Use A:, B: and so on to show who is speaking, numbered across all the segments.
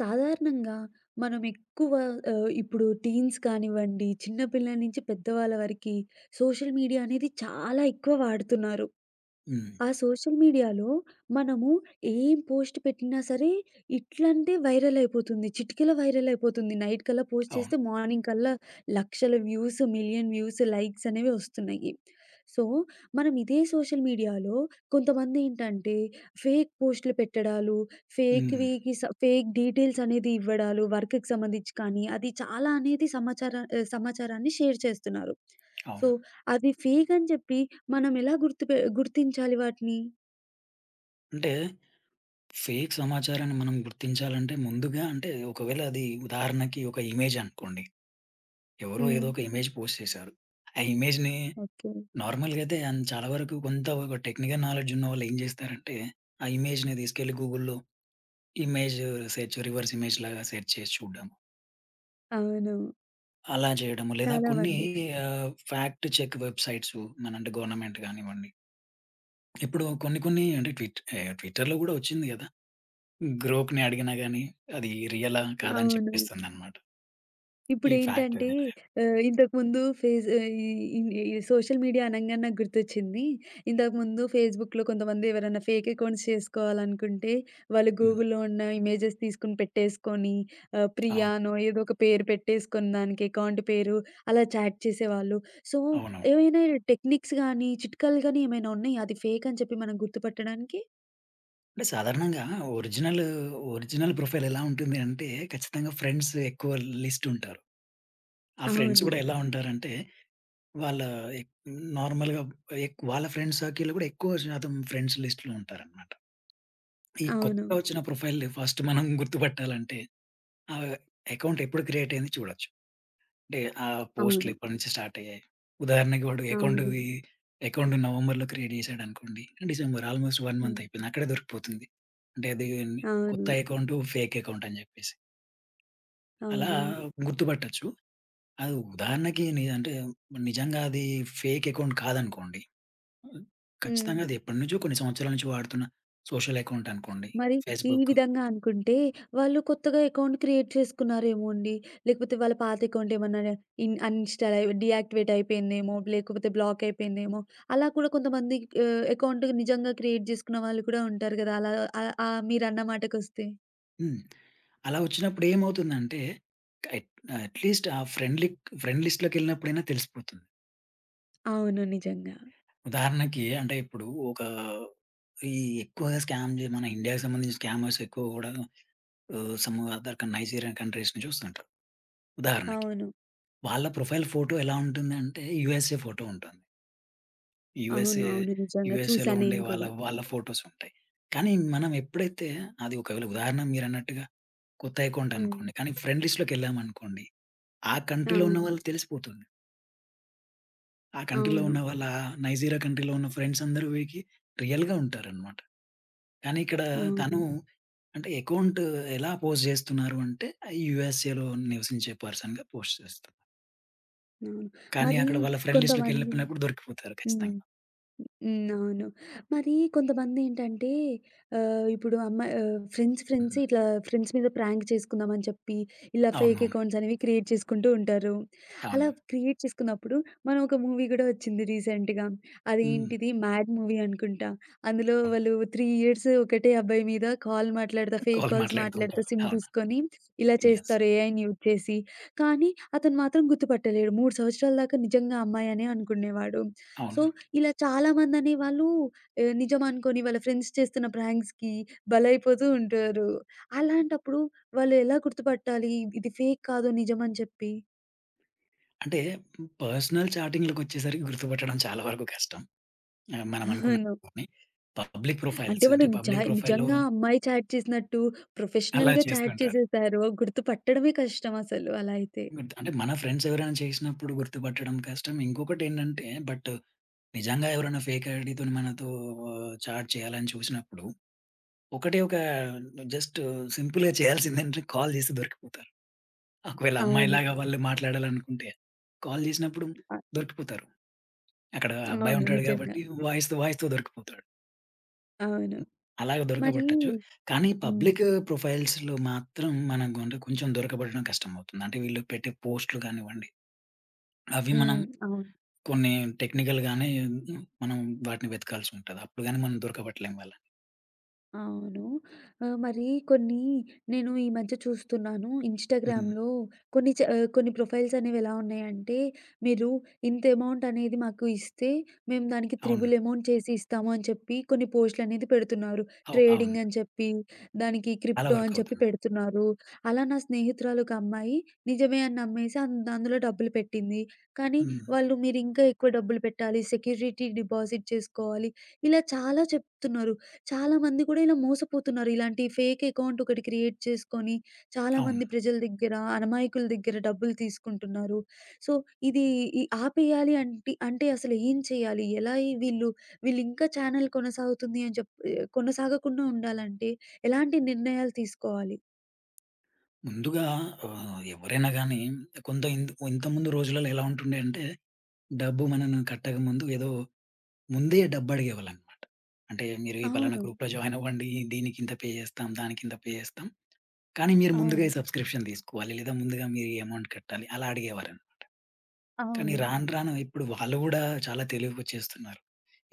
A: సాధారణంగా మనం ఎక్కువ ఇప్పుడు టీన్స్ కానివ్వండి, చిన్న పిల్లల నుంచి పెద్దవాళ్ళ వరకి సోషల్ మీడియా అనేది చాలా ఎక్కువ వాడుతున్నారు.
B: హ్మ్.
A: ఆ సోషల్ మీడియాలో మనము ఏం పోస్ట్ పెట్టినా సరే, ఇట్లంటే వైరల్ అయిపోతుంది. చిటికెలో వైరల్ అయిపోతుంది. నైట్ కల్లా పోస్ట్
B: అవును.
A: చేస్తే మార్నింగ్ కల్లా లక్షల వ్యూస్, మిలియన్ వ్యూస్, లైక్స్ అనేవి వస్తున్నాయి. సో, మనం ఇదే సోషల్ మీడియాలో కొంతమంది ఏంటంటే ఫేక్ పోస్ట్‌లు పెట్టడాలు,
B: హ్మ్.
A: ఫేక్ డీటెయిల్స్ అనేది ఇవ్వడాలు వర్క్‌కి సంబంధించి కానీ, అది చాలా అనేది సమాచారాన్ని షేర్ చేస్తున్నారు. సో,
B: అవును.
A: అది ఫేక్ అని చెప్పి మనం ఎలా గుర్తించాలి వాటిని?
B: అంటే ఫేక్ సమాచారాన్ని మనం గుర్తించాలంటే ముందుగా అంటే ఒకవేళ అది ఉదాహరణకి ఒక ఇమేజ్ అనుకోండి. ఎవరో
A: హ్మ్.
B: ఏదో ఒక ఇమేజ్ పోస్ట్ చేశారు. ఆ ఇమేజ్‌ని
A: ఓకే.
B: నార్మల్‌గా అయితే చాలా వరకు కొంత ఒక టెక్నికల్ నాలెడ్జ్ ఉన్నవాళ్ళు ఏం చేస్తారంటే, ఆ ఇమేజ్‌ని తీసుకెళ్ళి గూగుల్‌లో ఇమేజ్ సెర్చ్, రివర్స్ ఇమేజ్ లాగా సెర్చ్ చేసి చూడడం.
A: అవును.
B: అలా చేయడము. లేదా
A: చాలా
B: కొన్ని
A: మంది.
B: ఫ్యాక్ట్ చెక్ వెబ్‌సైట్స్ మన అంటే గవర్నమెంట్ గానివ్వండి. ఇప్పుడు కొన్ని కొన్ని అంటే ట్విట్టర్‌లో గూడా వచ్చింది కదా! గ్రూప్‌ని అడిగినా గాని, అది రియలా? కాదా? అని
A: అవును.
B: చెప్పేస్తుందనమాట. ఈ ఫ్యాక్ట్
A: ఇప్పుడేంటంటే
B: అది.
A: ఆహ్, ఇంతకుముందు ఫేస్ ఆహ్, ఈ ఇన్ ఈ సోషల్ మీడియా అనంగానే నాకు గుర్తొచ్చింది. ఇంతకుముందు ఫేస్‌బుక్‌లో కొంతమంది ఎవరైనా ఫేక్ అకౌంట్స్ చేసుకోవాలనుకుంటే, వాళ్ళు
B: హ్మ్.
A: గూగుల్‌లో ఉన్న ఇమేజెస్ తీసుకొని పెట్టేసుకొని
B: అవును.
A: ప్రియానో ఏదో ఒక పేరు పెట్టేసుకొని దానికి అకౌంట్ పేరు అలా చాట్ చేసేవాళ్ళు. సో,
B: అవునవును.
A: ఏవైనా టెక్నిక్స్ గానీ, చిట్కాలు గానీ ఏమైనా ఉన్నాయా? అది ఫేక్ అని చెప్పి మనం గుర్తుపట్టడానికి?
B: అంటే సాధారణంగా ఒరిజినల్, ఒరిజినల్ ప్రొఫైల్ ఎలా ఉంటుంది అంటే, ఖచ్చితంగా ఫ్రెండ్స్ ఎక్కువ లిస్ట్ ఉంటారు. ఆ ఫ్రెండ్స్
A: అవును.
B: గూడా ఎలా ఉంటారంటే, వాళ్ళ ఎక్ నార్మల్‌గా వాళ్ళ ఫ్రెండ్స్ సర్కిల్‌లో గూడా ఎక్కువ శాతం ఫ్రెండ్స్ లిస్ట్‌లో ఉంటారనమాట. ఈ
A: అవును.
B: కొత్తగా వచ్చిన ప్రొఫైల్‌ని ఫస్ట్ మనం గుర్తుపట్టాలంటే, ఆ అకౌంట్ ఎప్పుడు క్రియేట్ అయింది చూడొచ్చు. అంటే ఆ పోస్ట్‌లు
A: అవును.
B: ఎప్పటినుంచి స్టార్ట్ అయ్యాయి. ఉదాహరణకి వాడు
A: అవును.
B: అకౌంట్ నవంబర్‌లో క్రియేట్ చేశాడనుకోండి. డిసెంబర్ ఆల్‌మోస్ట్ 1 మంత్
A: హ్మ్.
B: అయిపోయింది. అక్కడే దొరికిపోతుంది. అంటే అది కొత్త
A: అవును.
B: అకౌంట్, ఫేక్ అకౌంట్ అని జెప్పేసి. అలా
A: అవును.
B: గుర్తుపట్టొచ్చు. అది ఉదాహరణకి అంటే నిజంగా అది ఫేక్ అకౌంట్ కాదనుకోండి.
A: హ్మ్.
B: ఖచ్చితంగా అది ఎప్పటినుంచో కొన్ని సంవత్సరాల నుంచి వాడుతున్న సోషల్ అకౌంట్ అనుకోండి.
A: మరి ఈ
B: ఫేస్‌బుక్.
A: విధంగా అనుకుంటే, వాళ్ళు కొత్తగా అకౌంట్ క్రియేట్ చేసుకున్నారేమో అండి. లేకపోతే వాళ్ళ పాత అకౌంట్ ఏమన్నా అన్‌ఇన్‌స్టాల్ అయి డీయాక్టివేట్ అయిపోయిందేమో, లేకపోతే బ్లాక్ అయిపోయిందేమో. అలా కూడా కొంతమంది అకౌంట్ నిజంగా క్రియేట్ చేసుకున్న వాళ్ళు కూడా ఉంటారు కదా! అలా ఆహ్, ఆహ్, మీరన్న మాటకొస్తే.
B: హ్మ్. అలా వచ్చినప్పుడు ఏమవుతుందంటే, అట్ అట్‌లీస్ట్ ఆ ఫ్రెండ్ లిస్ట్‌లోకెళ్ళినప్పుడైనా తెలిసిపోతుంది.
A: అవును. నిజంగా.
B: ఉదాహరణకి అంటే ఇప్పుడు ఒక ఈ ఎక్కువగా స్కామ్ మన ఇండియాకి సంబంధించిన స్కామర్స్ ఎక్కువ గూడా సమ్ అదర్ నైజీరియన్ కంట్రీస్ నుంచి వస్తుంటారు. ఉదాహరణకి.
A: అవును.
B: వాళ్ళ ప్రొఫైల్ ఫోటో ఎలా ఉంటుందంటే యూఎస్ఏ ఫోటో ఉంటుంది.
A: అవును.
B: యూఎస్ఏ
A: అవును. నిజంగా
B: యూఎస్ఏలో
A: చూసా
B: ఉండే
A: నేను
B: వాళ్ళ
A: కూడా.
B: వాళ్ళ ఫోటోస్ ఉంటాయి. కానీ మనం ఎప్పుడైతే అది ఒకవేళ ఉదాహరణ మీరన్నట్టుగా కొత్త అకౌంట్
A: హ్మ్.
B: అనుకోండి. కానీ ఫ్రెండ్ లిస్ట్‌లోకెళ్ళామనుకోండి. ఆ కంట్రీలో ఉన్న
A: అవును.
B: వాళ్ళు తెలిసిపోతుంది. ఆ కంట్రీలో
A: అవును.
B: ఉన్న వాళ్ళ నైజీరియా కంట్రీలో ఉన్న ఫ్రెండ్స్ అందరూ వీరికి రియల్‌గా ఉంటారనమాట. కానీ ఇక్కడ
A: అవును.
B: తను అంటే అకౌంట్ ఎలా పోస్ట్ జేస్తున్నారు అంటే, యూఎస్ఏలో నివసించే పర్సన్‌గా పోస్ట్ చేస్తారు.
A: అవును.
B: కానీ
A: మరి
B: అక్కడ వాళ్ళ ఫ్రెండ్
A: కొంతమంది
B: లిస్ట్‌లోకెళ్ళిపోయినప్పుడు దొరికిపోతారు
A: హ్మ్.
B: ఖచ్చితంగా.
A: హ్మ్. అవును. మరి కొంతమందేంటంటే ఇప్పుడు అమ్మాయి ఫ్రెండ్స్ ఫ్రెండ్స్
B: హ్మ్.
A: ఇట్లా ఫ్రెండ్స్ మీద ప్రాంక్ చేసుకుందామని చెప్పి, ఇలా ఫేక్
B: అవునవును.
A: అకౌంట్స్ అనేవి క్రియేట్ చేసుకుంటూ ఉంటారు. అలా
B: అవును.
A: క్రియేట్ చేసుకున్నప్పుడు మనం ఒక మూవీ గూడా వచ్చింది రీసెంట్‌గా.
B: హ్మ్.
A: అదేంటిది 'మ్యాడ్' మూవీ అనుకుంటా. అందులో
B: అవును.
A: వాళ్ళు 3 ఇయర్స్ ఒకటే అబ్బాయి మీద కాల్ మాట్లాడతా, ఫేక్
B: వాళ్ళు
A: కాల్స్
B: మాట్లాడుతూ
A: మాట్లాడతా
B: ఉంటారు.
A: సిమ్
B: అవును.
A: తీసుకొని ఇలా
B: యెస్.
A: చేస్తారు ఏఐని యూజ్ చేసి. కానీ అతను మాత్రం గుర్తుపట్టలేడు. 3 సంవత్సరాల దాకా నిజంగా అమ్మాయనే అనుకునేవాడు. సో
B: అవును.
A: ఇలా చాలామందనేవాళ్ళు నిజం అనుకోని వాళ్ళ ఫ్రెండ్స్ చేస్తున్న ప్రాంక్స్‌కి బలైపోతూ ఉంటారు. అలాంటప్పుడు వాళ్ళు ఎలా గుర్తుపట్టాలి? ఇది ఫేక్ కాదు నిజమని చెప్పి?
B: అంటే పర్సనల్ చాటింగ్‌లకొచ్చేసరికి గుర్తుపట్టడం చాలా వరకు కష్టం. మనం
A: అవును.
B: అనుకున్నట్టుగానే. పబ్లిక్
A: అంటే
B: ప్రొఫైల్స్ అంటే
A: వాళ్ళు
B: పబ్లిక్ ప్రొఫైల్‌లో
A: నిజంగా అమ్మాయి చాట్ చేసినట్టు
B: అలా
A: ప్రొఫెషనల్‌గా చాట్
B: చేస్తుంటారు.
A: చేసేసారు. గుర్తుపట్టడమే కష్టం అసలు అలా అయితే.
B: గుర్తు అంటే మన ఫ్రెండ్స్ ఎవరైనా చేసినప్పుడు గుర్తుపట్టడం కష్టం. ఇంకొకటేంటంటే బట్ నిజంగా ఎవరైనా ఫేక్ ఐడీతోని మనతో చాట్ చేయాలని చూసినప్పుడు, ఒకటే ఒక జస్ట్ సింపుల్‌గా చేయాల్సిందేంటంటే కాల్ చేసి దొరికిపోతారు. ఒకవేళ
A: అవును.
B: అమ్మాయిలాగా వాళ్ళు మాట్లాడాలనుకుంటే, కాల్ చేసినప్పుడు
A: అ
B: దొరికిపోతారు. అక్కడ అబ్బాయి
A: అవును.
B: ఉంటాడు
A: నిజంగా.
B: కాబట్టి వాయిస్‌తో దొరికిపోతాడు.
A: అవును.
B: అలాగ
A: మరి
B: దొరకబట్టొచ్చు. కానీ
A: హ్మ్.
B: పబ్లిక్ ప్రొఫైల్స్‌లో మాత్రం మనం అంటే కొంచెం దొరకబడడం కష్టమవుతుంది. అంటే వీళ్ళు పెట్టే పోస్ట్‌లు కానివ్వండి, అవి మనం
A: హ్మ్. అవును.
B: కొన్ని టెక్నికల్‌గానే మనం వాటిని వెతకాల్సి ఉంటది. అప్పుడు గాని మనం దొరకబట్టలేం వాళ్ళని.
A: అవును. మరి కొన్ని నేను ఈ మధ్య చూస్తున్నాను
B: హ్మ్.
A: ఇన్‌స్టాగ్రామ్‌లో కొన్ని ప్రొఫైల్స్ అనేవి ఎలా ఉన్నాయంటే, మీరు ఇంత అమౌంట్ అనేది మాకు ఇస్తే మేము దానికి
B: అవును.
A: త్రిబుల్ అమౌంట్ చేసి ఇస్తాము అని చెప్పి కొన్ని పోస్టులు అనేది పెడుతున్నారు.
B: అవును.
A: ట్రేడింగ్ అని చెప్పి, దానికి
B: అలా
A: క్రిప్టో
B: వర్క్
A: అని చెప్పి
B: అవుతున్నాయి.
A: పెడుతున్నారు. అలా నా స్నేహితురాలు ఒక అమ్మాయి నిజమే అని నమ్మేసి అందులో డబ్బులు పెట్టింది. కానీ
B: హ్మ్.
A: వాళ్ళు మీరు ఇంకా ఎక్కువ డబ్బులు పెట్టాలి, సెక్యూరిటీ డిపాజిట్ చేసుకోవాలి ఇలా చాలా చెప్తున్నారు. చాలా మంది కూడా ఇలా మోసపోతున్నారు. ఇలాంటి ఫేక్ అకౌంట్ ఒకటి క్రియేట్ చేసుకొని, చాలా
B: అవును.
A: మంది ప్రజల దగ్గర, అమాయకుల దగ్గర డబ్బులు తీసుకుంటున్నారు. సో, ఇది ఈ ఆపేయాలి అంటే అంటే అసలు ఏం చేయాలి? ఎలా ఈ వీళ్ళు వీళ్ళింకా ఛానెల్ కొనసాగుతుంది అని చెప్ కొనసాగకుండా ఉండాలంటే ఎలాంటి నిర్ణయాలు తీసుకోవాలి?
B: ముందుగా ఎవరైనా గాని కొంత ఇంత ఇంతకుముందు రోజులలో ఎలా ఉంటుండే అంటే, డబ్బు మనను కట్టకముందు ఏదో ముందే డబ్బు అడిగేవాళ్ళనమాట. అంటే మీరు ఈ పలానా
A: అవును.
B: గ్రూప్‌లో జాయిన్ అవ్వండి. దీనికింత పే చేస్తాం, దానికింత పే చేస్తాం. కానీ మీరు ముందుగా ఈ
A: అవును.
B: సబ్స్క్రిప్షన్ తీసుకోవాలి. లేదా ముందుగా మీరు ఈ అమౌంట్ కట్టాలి. అలా అడిగేవారనమాట. కానీ
A: అవును.
B: రాను రాను ఇప్పుడు వాళ్ళు గూడా చాలా తెలివికొచ్చేస్తున్నారు.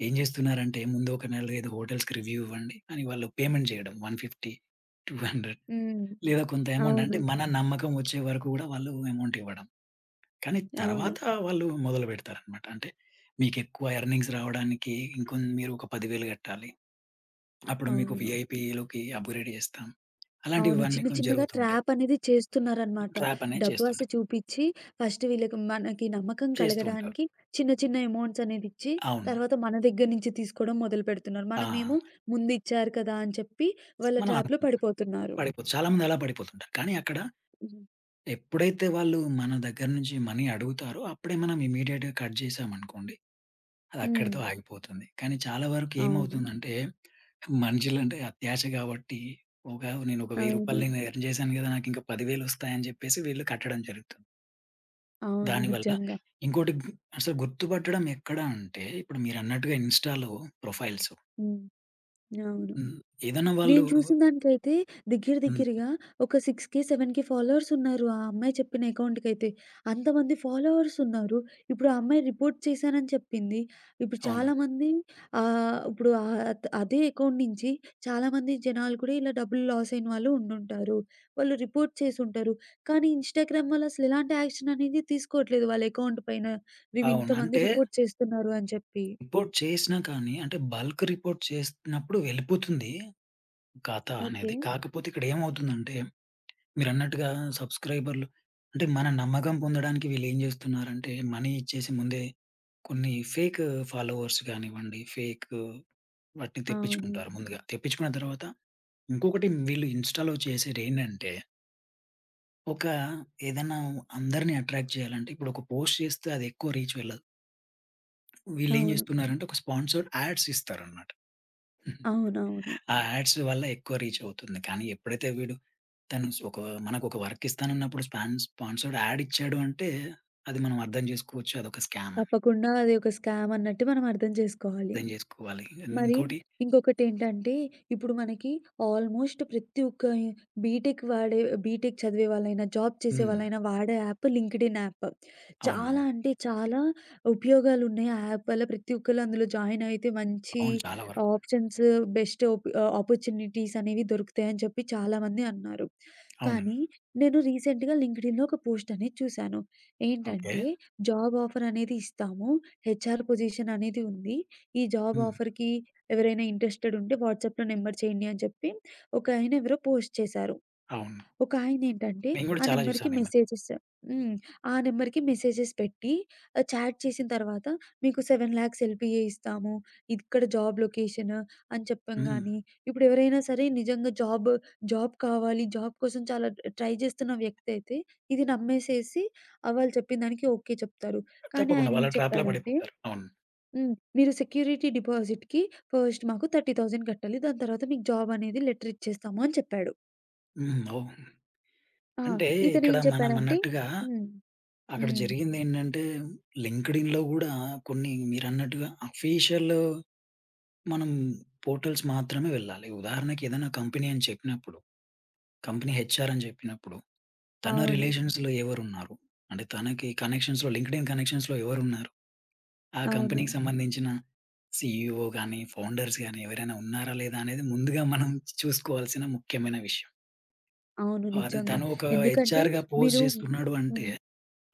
B: ఏం జేస్తున్నారంటే ముందు ఒక నెల ఏదో హోటల్స్‌కి రివ్యూ ఇవ్వండి అని వాళ్ళు పేమెంట్ జేయడం 150, 200
A: హ్మ్.
B: లేదా కొంత అమౌంట్ అంటే
A: అవును.
B: మన నమ్మకం వచ్చే వరకు గూడా వాళ్ళు అమౌంట్ ఇవ్వడం. కానీ
A: అవును.
B: తర్వాత వాళ్ళు మొదలుపెడతారనమాట. అంటే మీకెక్కువ ఎర్నింగ్స్ రావడానికి మీరు ఒక 10,000 గట్టాలి. అప్పుడు మీకు
A: అవును.
B: వీఐపీలోకి అప్‌గ్రేడ్ జేస్తాం.
A: అవును.
B: అలాంటివన్నీ
A: చిన్న
B: కొన్ని
A: చిన్నగా
B: జరుగుతుంటాయి.
A: ట్రాప్ అనేది చేస్తున్నారనమాట.
B: ట్రాప్ అనేది
A: డబ్బు ఆశ
B: చేస్తుంటాయి.
A: చూపిచ్చి ఫస్ట్ వీళ్ళకి మనకి నమ్మకం
B: చేస్తూ ఉంటారు.
A: కలగడానికి చిన్న చిన్న అమౌంట్స్ అనేవిచ్చి,
B: అవును.
A: తర్వాత మన దగ్గర నుంచి తీసుకోవడం మొదలుపెడుతున్నారు.
B: ఆ!
A: మనమేమో ముందు ఇచ్చారు కదా! అని చెప్పి వాళ్ళ
B: మనం అను
A: ట్రాప్‌లో పడిపోతున్నారు.
B: పడిపోతు చాలామంది అలా పడిపోతుంటారు. కానీ అక్కడ ఎప్పుడైతే వాళ్ళు మన దగ్గర నుంచి మనీ అడుగుతారో, అప్పుడే మనం ఇమ్మీడియేట్‌గా కట్ జేశామనుకోండి, అది
A: హ్మ్.
B: అక్కడితో ఆగిపోతుంది. కానీ చాలా వరకు
A: అవును.
B: ఏమవుతుందంటే, మనుషులంటే అత్యాశ గాబట్టి, ఒక నేను ఒక రూ.
A: అవును.
B: 1000 నేను ఎర్న్ జేశాను గదా! నాకింకా 10,000 ఒస్తాయని జెప్పేసి వీళ్ళు కట్టడం జరుగుతుంది.
A: అవును.
B: దానివల్ల
A: నిజంగా.
B: ఇంకోటి అసలు గుర్తుపట్టడం ఎక్కడ అంటే, ఇప్పుడు మీరన్నట్టుగా ఇన్‌స్టా‌లో ప్రొఫైల్స్.
A: హ్మ్. అవును.
B: హ్మ్. ఏదైనా వాళ్ళు
A: నేను చూసిన దానికైతే దగ్గర
B: హ్మ్.
A: దగ్గరగా ఒక 6,000, 7,000 ఫాలోవర్స్ ఉన్నారు. ఆ అమ్మాయి చెప్పిన అకౌంట్‌కైతే. అంతమంది ఫాలోవర్స్ ఉన్నారు. ఇప్పుడు ఆ అమ్మాయి రిపోర్ట్ చేశానని చెప్పింది. ఇప్పుడు
B: అవును.
A: చాలామంది ఆహ్, ఇప్పుడు ఆహ్, అద్ అదే అకౌంట్ నుంచి చాలామంది జనాలు కూడా ఇలా డబ్బులు లాస్ అయిన వాళ్ళు ఉండుంటారు. వాళ్ళు రిపోర్ట్ చేసుంటారు. కానీ ఇన్‌స్టాగ్రామ్ వాళ్ళు అసలు ఎలాంటి యాక్షన్ అనేది తీసుకోవట్లేదు వాళ్ళ అకౌంట్ పైన. మేము
B: అవును.
A: ఇంతమంది
B: అంటే
A: రిపోర్ట్ చేస్తున్నారు అని చెప్పి.
B: రిపోర్ట్ చేసినా కానీ అంటే బల్క్ రిపోర్ట్ చేసినప్పుడు వెళ్ళిపోతుంది కథ
A: ఓకే.
B: అనేది. కాకపోతే ఇక్కడ ఏమవుతుందంటే మీరన్నట్టుగా సబ్‌స్క్రైబర్‌లు అంటే మన నమ్మకం పొందడానికి వీళ్ళేం జేస్తున్నారంటే మనీ ఇచ్చేసి ముందే కొన్ని ఫేక్ ఫాలోవర్స్ గానివ్వండి, ఫేక్ వాటిని
A: అవును.
B: తెప్పించుకుంటారు ముందుగా. తెప్పించుకున్న తర్వాత ఇంకొకటి వీళ్ళు ఇన్‌స్టా‌లో చేసేదేంటంటే ఒక ఏదైనా అందరిని అట్రాక్ట్ చేయాలంటే ఇప్పుడు ఒక పోస్ట్ చేస్తే అది ఎక్కువ రీచ్ వెళ్ళదు. వీళ్ళేం
A: అవును.
B: జేస్తున్నారంటే ఒక స్పాన్సర్డ్ యాడ్స్ ఇస్తారన్నమాట.
A: అవునవును.
B: ఆ యాడ్స్ వల్ల ఎక్కువ రీచ్ అవుతుంది. కానీ ఎప్పుడైతే వీడు తను మనకొక వర్క్ ఇస్తానన్నప్పుడు స్పాన్సర్డ్ యాడ్ ఇచ్చాడు అంటే, అది మనం అర్థం చేసుకోవచ్చు అదొక స్కామ్ అని.
A: తప్పకుండా అది ఒక స్కామ్ అన్నట్టు మనం అర్థం చేసుకోవాలి.
B: అర్థం చేసుకోవాలి. అండ్
A: మరి
B: ఇంకోటి
A: ఇంకొకటేంటంటే, ఇప్పుడు మనకి ఆల్‌మోస్ట్ ప్రతి ఒక్క బీటెక్ వాడే బీటెక్ చదివే వాళ్ళైనా, జాబ్ చేసే
B: హ్మ్.
A: వాళ్ళైనా వాడే యాప్ లింక్డ్ఇన్ యాప్.
B: అవునవును.
A: చాలా
B: అవును.
A: అంటే చాలా ఉపయోగాలున్నాయి. ఆ యాప్ వల్ల ప్రతి ఒక్కళ్ళు అందులో జాయిన్ అయితే మంచి
B: అవును చాలా వరకు.
A: ఆప్షన్స్, బెస్ట్ ఆపర్చునిటీస్ అనేవి దొరుకుతాయని చెప్పి చాలామంది అన్నారు.
B: అవునండి.
A: కానీ నేను రీసెంట్‌గా లింక్డ్ఇన్‌లో ఒక పోస్ట్ అనేది చూశాను.
B: ఓకే.
A: ఏంటంటే జాబ్ ఆఫర్ అనేది ఇస్తాము. హెచ్ఆర్ పొజిషన్ అనేది ఉంది. ఈ జాబ్
B: హ్మ్.
A: ఆఫర్‌కి ఎవరైనా ఇంట్రెస్టెడ్ ఉంటే వాట్సాప్‌లో నంబర్ చేయండి అని చెప్పి ఒకాయన ఎవరో పోస్ట్ చేశారు.
B: అవును.
A: ఒకాయనేంటంటే
B: నేను గూడా
A: ఆ
B: చాలా
A: నెంబర్‌కి
B: చూసాను ఈ మధ్య.
A: మెసేజెస్ హ్మ్. ఆ నెంబర్‌కి మెసేజెస్ పెట్టి చాట్ చేసిన తర్వాత మీకు 7,00,000 ఎల్‌పిఏ ఇస్తాము. ఇక్కడ జాబ్ లొకేషన్ అని
B: హ్మ్.
A: చెప్పంగానే, ఇప్పుడు ఎవరైనా సరే నిజంగా జాబ్ కావాలి, జాబ్ కోసం చాలా ట్రై చేస్తున్న వ్యక్తి అయితే ఇది నమ్మేసేసి వాళ్ళు చెప్పిన దానికి ఓకే చెప్తారు. కానీ
B: తప్పకుండా
A: ఆయన
B: వాళ్ళ
A: ఏం
B: ట్రాప్‌లో
A: చెప్పారంటే
B: పడిపోతారు. అవును.
A: హ్మ్. మీరు సెక్యూరిటీ డిపాజిట్‌కి ఫస్ట్ మాకు 30,000 కట్టాలి. దాని తర్వాత మీకు జాబ్ అనేది లెటర్ ఇచ్చేస్తాము అని చెప్పాడు.
B: హ్మ్. ఓహ్!
A: ఆ!
B: అంటే ఇక్కడ
A: ఇతనేం
B: మనం
A: చెప్పాడంటే
B: అన్నట్టుగా
A: హ్మ్.
B: అక్కడ
A: హ్మ్.
B: జరిగిందేంటంటే లింక్డ్ఇన్‌లో గూడా కొన్ని మీరన్నట్టుగా అఫీషియల్ మనం పోర్టల్స్ మాత్రమే వెళ్ళాలి. ఉదాహరణకి ఏదైనా కంపెనీ అని చెప్పినప్పుడు, కంపెనీ హెచ్‌ఆర్ అని చెప్పినప్పుడు, తన
A: అవును.
B: రిలేషన్స్‌లో ఎవరున్నారు? అంటే తనకి కనెక్షన్స్‌లో లింక్డ్ఇన్ కనెక్షన్స్‌లో ఎవరున్నారు? ఆ
A: అవును.
B: కంపెనీకి సంబంధించిన సీఈఓ గాని, ఫౌండర్స్ గాని ఎవరైనా ఉన్నారా? లేదా? అనేది ముందుగా మనం చూసుకోవాల్సిన ముఖ్యమైన విషయం.
A: అవును.
B: అది
A: నిజంగా.
B: తను ఒక
A: ఎందుకంటే
B: హెచ్‌ఆర్‌గా పోస్ట్
A: మీరు
B: చేస్తున్నాడు అంటే,
A: హ్మ్.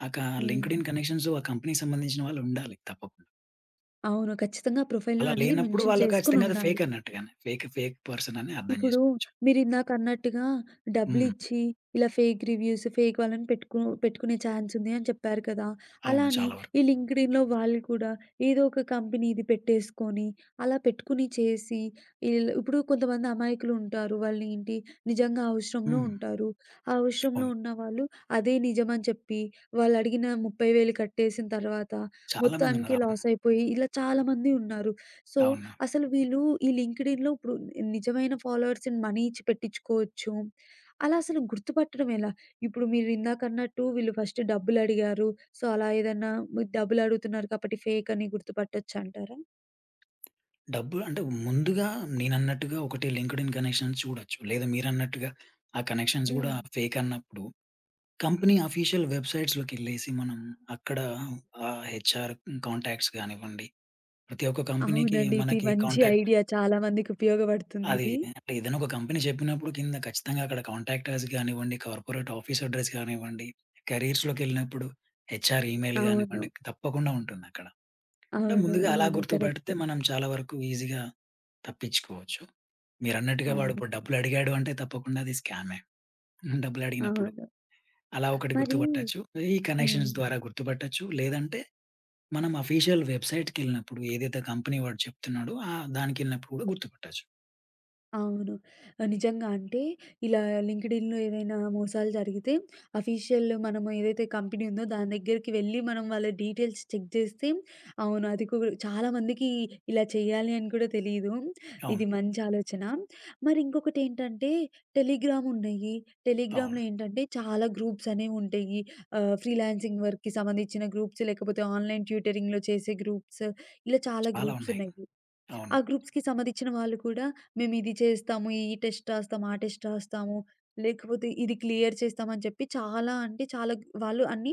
B: ఆ క
A: హ్మ్.
B: లింక్డ్ఇన్ కనెక్షన్స్ ఆ కంపెనీకి సంబంధించిన వాళ్ళు ఉండాలి తప్పకుండా.
A: అవును. ఖచ్చితంగా ప్రొఫైల్‌లో
B: అలా
A: అనేది
B: లేనప్పుడు
A: మెన్షన్
B: వాళ్ళు ఖచ్చితంగా అది ఫేక్
A: చేసుకొనుండాలి.
B: అన్నట్టుగానే. ఫేక్ పర్సన్ అని అర్థం
A: ఇప్పుడు
B: చేసుకోవచ్చు.
A: మీరిందాకన్నట్టుగా
B: హ్మ్.
A: డబ్బులిచ్చి, ఇలా ఫేక్ రివ్యూస్, ఫేక్ వాళ్ళని పెట్టుకునే ఛాన్స్ ఉంది అని చెప్పారు కదా!
B: అవును.
A: అలానే
B: చాలా వరకు.
A: ఈ లింక్డ్ఇన్‌లో వాళ్ళు కూడా ఏదో ఒక కంపెనీది పెట్టేసుకొని, అలా పెట్టుకుని చేసి, ఇప్పుడు కొంతమంది అమాయకులుంటారు. వాళ్ళేంటి నిజంగా అవసరంలో
B: హ్మ్.
A: ఉంటారు. ఆ అవసరంలో
B: అవును.
A: ఉన్నవాళ్ళు అదే నిజమని చెప్పి, వాళ్ళడిగిన 30,000 కట్టేసిన తర్వాత మొత్తానికి
B: చాలామందున్నారు. అవును.
A: లాసయిపోయి ఇలా చాలామంది ఉన్నారు. సో
B: అవును.
A: అసలు వీళ్ళు ఈ లింక్డ్ఇన్‌లో ఇప్పుడు నిజమైన ఫాలోవర్స్‌ని మనీ ఇచ్చి పెట్టించుకోవచ్చు. అలా అసలు గుర్తుపట్టడం ఎలా? ఇప్పుడు మీరు ఇందాకన్నట్టు వీళ్ళు ఫస్ట్ డబ్బులడిగారు. సో, అలా ఏదన్నా మీరు డబ్బులడుగుతున్నారు కాబట్టి ఫేక్ అని గుర్తుపట్టొచ్చంటారా?
B: డబ్బు అంటే ముందుగా నేనన్నట్టుగా ఒకటి లింక్డ్ఇన్ కనెక్షన్స్ చూడొచ్చు. లేదా మీరన్నట్టుగా ఆ కనెక్షన్స్ గూడా
A: హ్మ్.
B: ఫేక్ అన్నప్పుడు కంపెనీ అఫీషియల్ వెబ్‌సైట్స్‌లోకెళ్ళేసి మనం అక్కడ హెచ్‌ఆర్ కాంటాక్ట్స్ గానివ్వండి, ప్రతి ఒక్క కంపెనీకి
A: అవునండి. ఇది
B: మనకి
A: మంచి
B: కాంటాక్ట్
A: ఐడియా. చాలా మందికి
B: అది
A: ఉపయోగపడుతుందిది.
B: అంటే ఏదైనా ఒక కంపెనీ చెప్పినప్పుడు కింద ఖచ్చితంగా అక్కడ కాంటాక్ట్ అస్ గానివ్వండి, కార్పొరేట్ ఆఫీస్ అడ్రెస్ గానివ్వండి, కెరీర్స్‌లోకెళ్ళినప్పుడు హెచ్‌ఆర్ ఈమెయిల్
A: అవును.
B: గానివ్వండి, తప్పకుండా ఉంటుందక్కడ. అంటే
A: అవును.
B: ముందుగా అలా
A: అవును. కరెక్ట్.
B: గుర్తుపడితే మనం చాలా వరకు ఈజీగా తప్పించుకోవచ్చు. మీరన్నట్టుగా వాడు
A: అవును.
B: ఇప్పుడు డబ్బులు అడిగాడు అంటే తప్పకుండా అది స్కామే. డబ్బులు అడిగినప్పుడు.
A: అవును.
B: అలా ఒకటి
A: మరి
B: గుర్తుపట్టొచ్చు. ఈ
A: హ్మ్.
B: కనెక్షన్స్ ద్వారా గుర్తుపట్టొచ్చు. లేదంటే మనం అఫీషియల్ వెబ్‌సైట్‌కెళ్ళినప్పుడు ఏదైతే కంపెనీ వాడు చెప్తున్నాడో దానికెళ్ళినప్పుడు కూడా గుర్తుపట్టొచ్చు.
A: అవును. నిజంగా అంటే ఇలా లింక్డ్ఇన్‌లో ఏదైనా మోసాలు జరిగితే అఫీషియల్ మనం ఏదైతే కంపెనీ ఉందో దాని దగ్గరికి వెళ్ళి మనం వాళ్ళ డీటెయిల్స్ చెక్ చేస్తే అవును. అది కూడా చాలామందికి ఇలా చేయాలి అని కూడా తెలీదు. ఇది
B: అవును.
A: మంచి ఆలోచన. మరి ఇంకొకటి ఏంటంటే టెలిగ్రామ్ ఉన్నాయి.
B: అవును.
A: టెలిగ్రామ్‌లో ఏంటంటే చాలా గ్రూప్స్ అనేవి ఉంటాయి. ఫ్రీలాన్సింగ్ వర్క్‌కి సంబంధించిన గ్రూప్స్ లేకపోతే ఆన్‌లైన్ ట్యూటరింగ్‌లో చేసే గ్రూప్స్ ఇలా చాలా
B: చాలా
A: గ్రూప్స్
B: ఉన్నాయి.
A: ఉన్నాయి. ఆ
B: అవును.
A: గ్రూప్స్‌కి సంబంధించిన వాళ్ళు కూడా మేమిది చేస్తాము, ఈ టెస్ట్ రాస్తాము, ఆ టెస్ట్ రాస్తాము, లేకపోతే ఇది క్లియర్ చేస్తామని చెప్పి చాలా అంటే చాలా వాళ్ళు అన్ని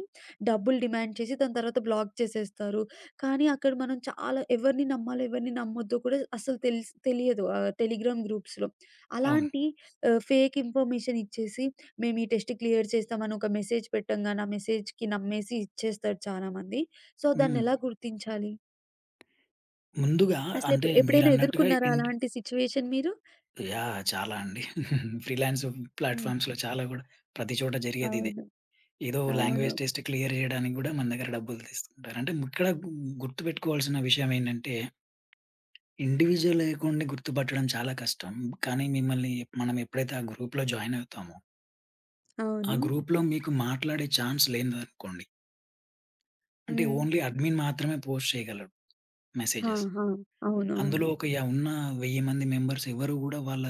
A: డబ్బులు డిమాండ్ చేసి దాని తర్వాత బ్లాక్ చేసేస్తారు. కానీ అక్కడ మనం చాలా ఎవరిని నమ్మాలో, ఎవరిని నమ్మొద్దో కూడా అసలు తెలియదు టెలిగ్రామ్ గ్రూప్స్‌లో.
B: అవును.
A: అలాంటి ఫేక్ ఇన్ఫర్మేషన్ ఇచ్చేసి మేము ఈ టెస్ట్ క్లియర్ చేస్తామని ఒక మెసేజ్ పెట్టంగానే ఆ మెసేజ్‌కి నమ్మేసి ఇచ్చేస్తారు చాలామంది. సో
B: హ్మ్.
A: దాన్నెలా గుర్తించాలి?
B: ముందుగా అంటే
A: ఎప్పుడైనా
B: మీరన్నట్టుగా
A: ఎదుర్కొన్నారా అలాంటి సిట్యుయేషన్ మీరు?
B: యాహ్! చాలా అండి. ఫ్రీలాన్స్
A: హ్మ్.
B: ప్లాట్‌ఫార్మ్స్‌లో చాలా కూడా ప్రతి చోట జరిగేదిదే.
A: అవును.
B: ఏదో
A: అవును.
B: లాంగ్వేజ్ టెస్ట్ క్లియర్ జేయడానికి గూడా మన దగ్గర డబ్బులు తీసుకుంటారు. అంటే ఇక్కడ గుర్తుపెట్టుకోవాల్సిన విషయం ఏంటంటే, ఇండివిడ్యువల్ అకౌంట్‌ని గుర్తుపట్టడం చాలా కష్టం. కానీ మనం ఎప్పుడైతే ఆ గ్రూప్‌లో జాయిన్ అవుతామో, ఆ
A: అవును.
B: గ్రూప్‌లో మీకు మాట్లాడే ఛాన్స్ లేదనుకోండి. అంటే
A: హ్మ్.
B: ఓన్లీ అడ్మిన్ మాత్రమే పోస్ట్ చేయగలడు
A: ఆ!
B: మెసేజెస్.
A: ఆ! అవును.
B: అందులో
A: అవును.
B: ఒక య ఉన్న 1000 మంది మెంబర్స్ ఎవరు గూడా వాళ్ళ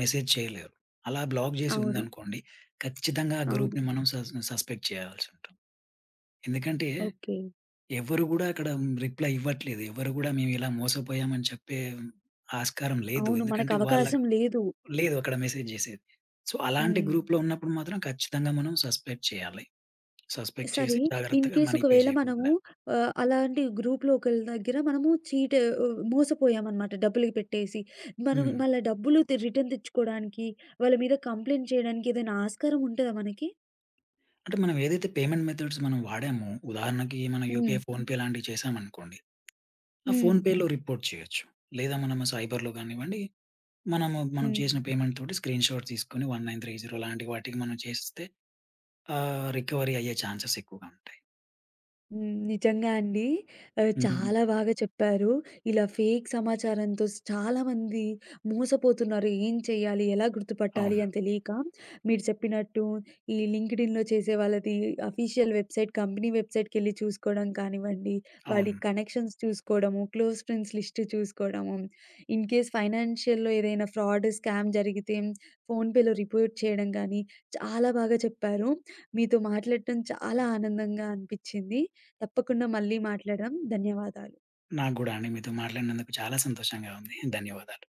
B: మెసేజ్ చేయలేరు. అలా బ్లాక్ జేసి
A: అవును.
B: ఉందనుకోండి, ఖచ్చితంగా ఆ
A: అవును.
B: గ్రూప్‌ని మనం సస్పెక్ట్ చేయాల్సుంటుంది. ఎందుకంటే
A: ఓకే.
B: ఎవరు గూడా అక్కడ రిప్లై ఇవ్వట్లేదు. ఎవరు గూడా మేమిలా మోసపోయామని చెప్పే ఆస్కారం లేదు.
A: అవును.
B: ఎందుకంటే వాళ్ళకి
A: మనకవకాశం లేదు.
B: లేదు అక్కడ మెసేజ్ జేసేది. సో, అలాంటి
A: హ్మ్.
B: గ్రూప్‌లో ఉన్నప్పుడు మాత్రం ఖచ్చితంగా మనం సస్పెక్ట్ చేయాలి. సస్పెక్ట్
A: సరే
B: చేసి జాగ్రత్తగా
A: ఇన్‌కేస్
B: మనీ పే
A: ఒకవేళ
B: చేయకుండా
A: మనము
B: ఉండాలి.
A: అలాంటి గ్రూప్‌లో ఒకళ్ళ దగ్గర మనము మోసపోయామనమాట డబ్బులు పెట్టేసి. మనం
B: హ్మ్.
A: మళ్ళా డబ్బులు రిటర్న్ తెచ్చుకోడానికి, వాళ్ళ మీద కంప్లెయింట్ చేయడానికి ఏదైనా ఆస్కారం ఉంటదా మనకి?
B: అంటే మనం ఏదైతే పేమెంట్ మెథడ్స్ మనం వాడామో, ఉదాహరణకి మనం
A: హ్మ్.
B: యూపీఐ, ఫోన్‌పే లాంటివి చేశామనుకోండి. ఆ
A: హ్మ్.
B: ఫోన్‌పేలో రిపోర్ట్ చేయొచ్చు. లేదా మనము సైబర్‌లో గానివ్వండి, మనం
A: హ్మ్.
B: చేసిన పేమెంట్ తోటి స్క్రీన్‌షాట్ తీసుకొని 1930 లాంటి వాటికి మనం చేస్తే రికవరీ అయ్యే ఛాన్సెస్ ఎక్కువగా ఉంటాయి.
A: హ్మ్. నిజంగా అండి.
B: హ్మ్.
A: చాలా బాగా చెప్పారు. ఇలా ఫేక్ సమాచారంతో చాలామంది మోసపోతున్నారు. ఏం చేయాలి? ఎలా గుర్తుపట్టాలి?
B: అవును.
A: అని తెలియక మీరు చెప్పినట్టు ఈ లింక్డ్ఇన్‌లో చేసే వాళ్ళది అఫీషియల్ వెబ్‌సైట్, కంపెనీ వెబ్‌సైట్‌కెళ్ళి చూసుకోవడం కానివ్వండి, వాళ్ళి
B: అవును.
A: కనెక్షన్స్ చూసుకోవడము, క్లోజ్ ఫ్రెండ్స్ లిస్ట్ చూసుకోవడము, ఇన్ కేస్ ఫైనాన్షియల్‌లో ఏదైనా ఫ్రాడ్, స్కామ్ జరిగితే ఫోన్‌పేలో రిపోర్ట్ చేయడం గానీ, చాలా బాగా చెప్పారు. మీతో మాట్లాడటం చాలా ఆనందంగా అనిపిచ్చింది. తప్పకుండా మళ్ళీ మాట్లాడదాం. ధన్యవాదాలు.
B: నాకు గూడా అండి మీతో మాట్లాడినందుకు చాలా సంతోషంగా ఉంది. ధన్యవాదాలు.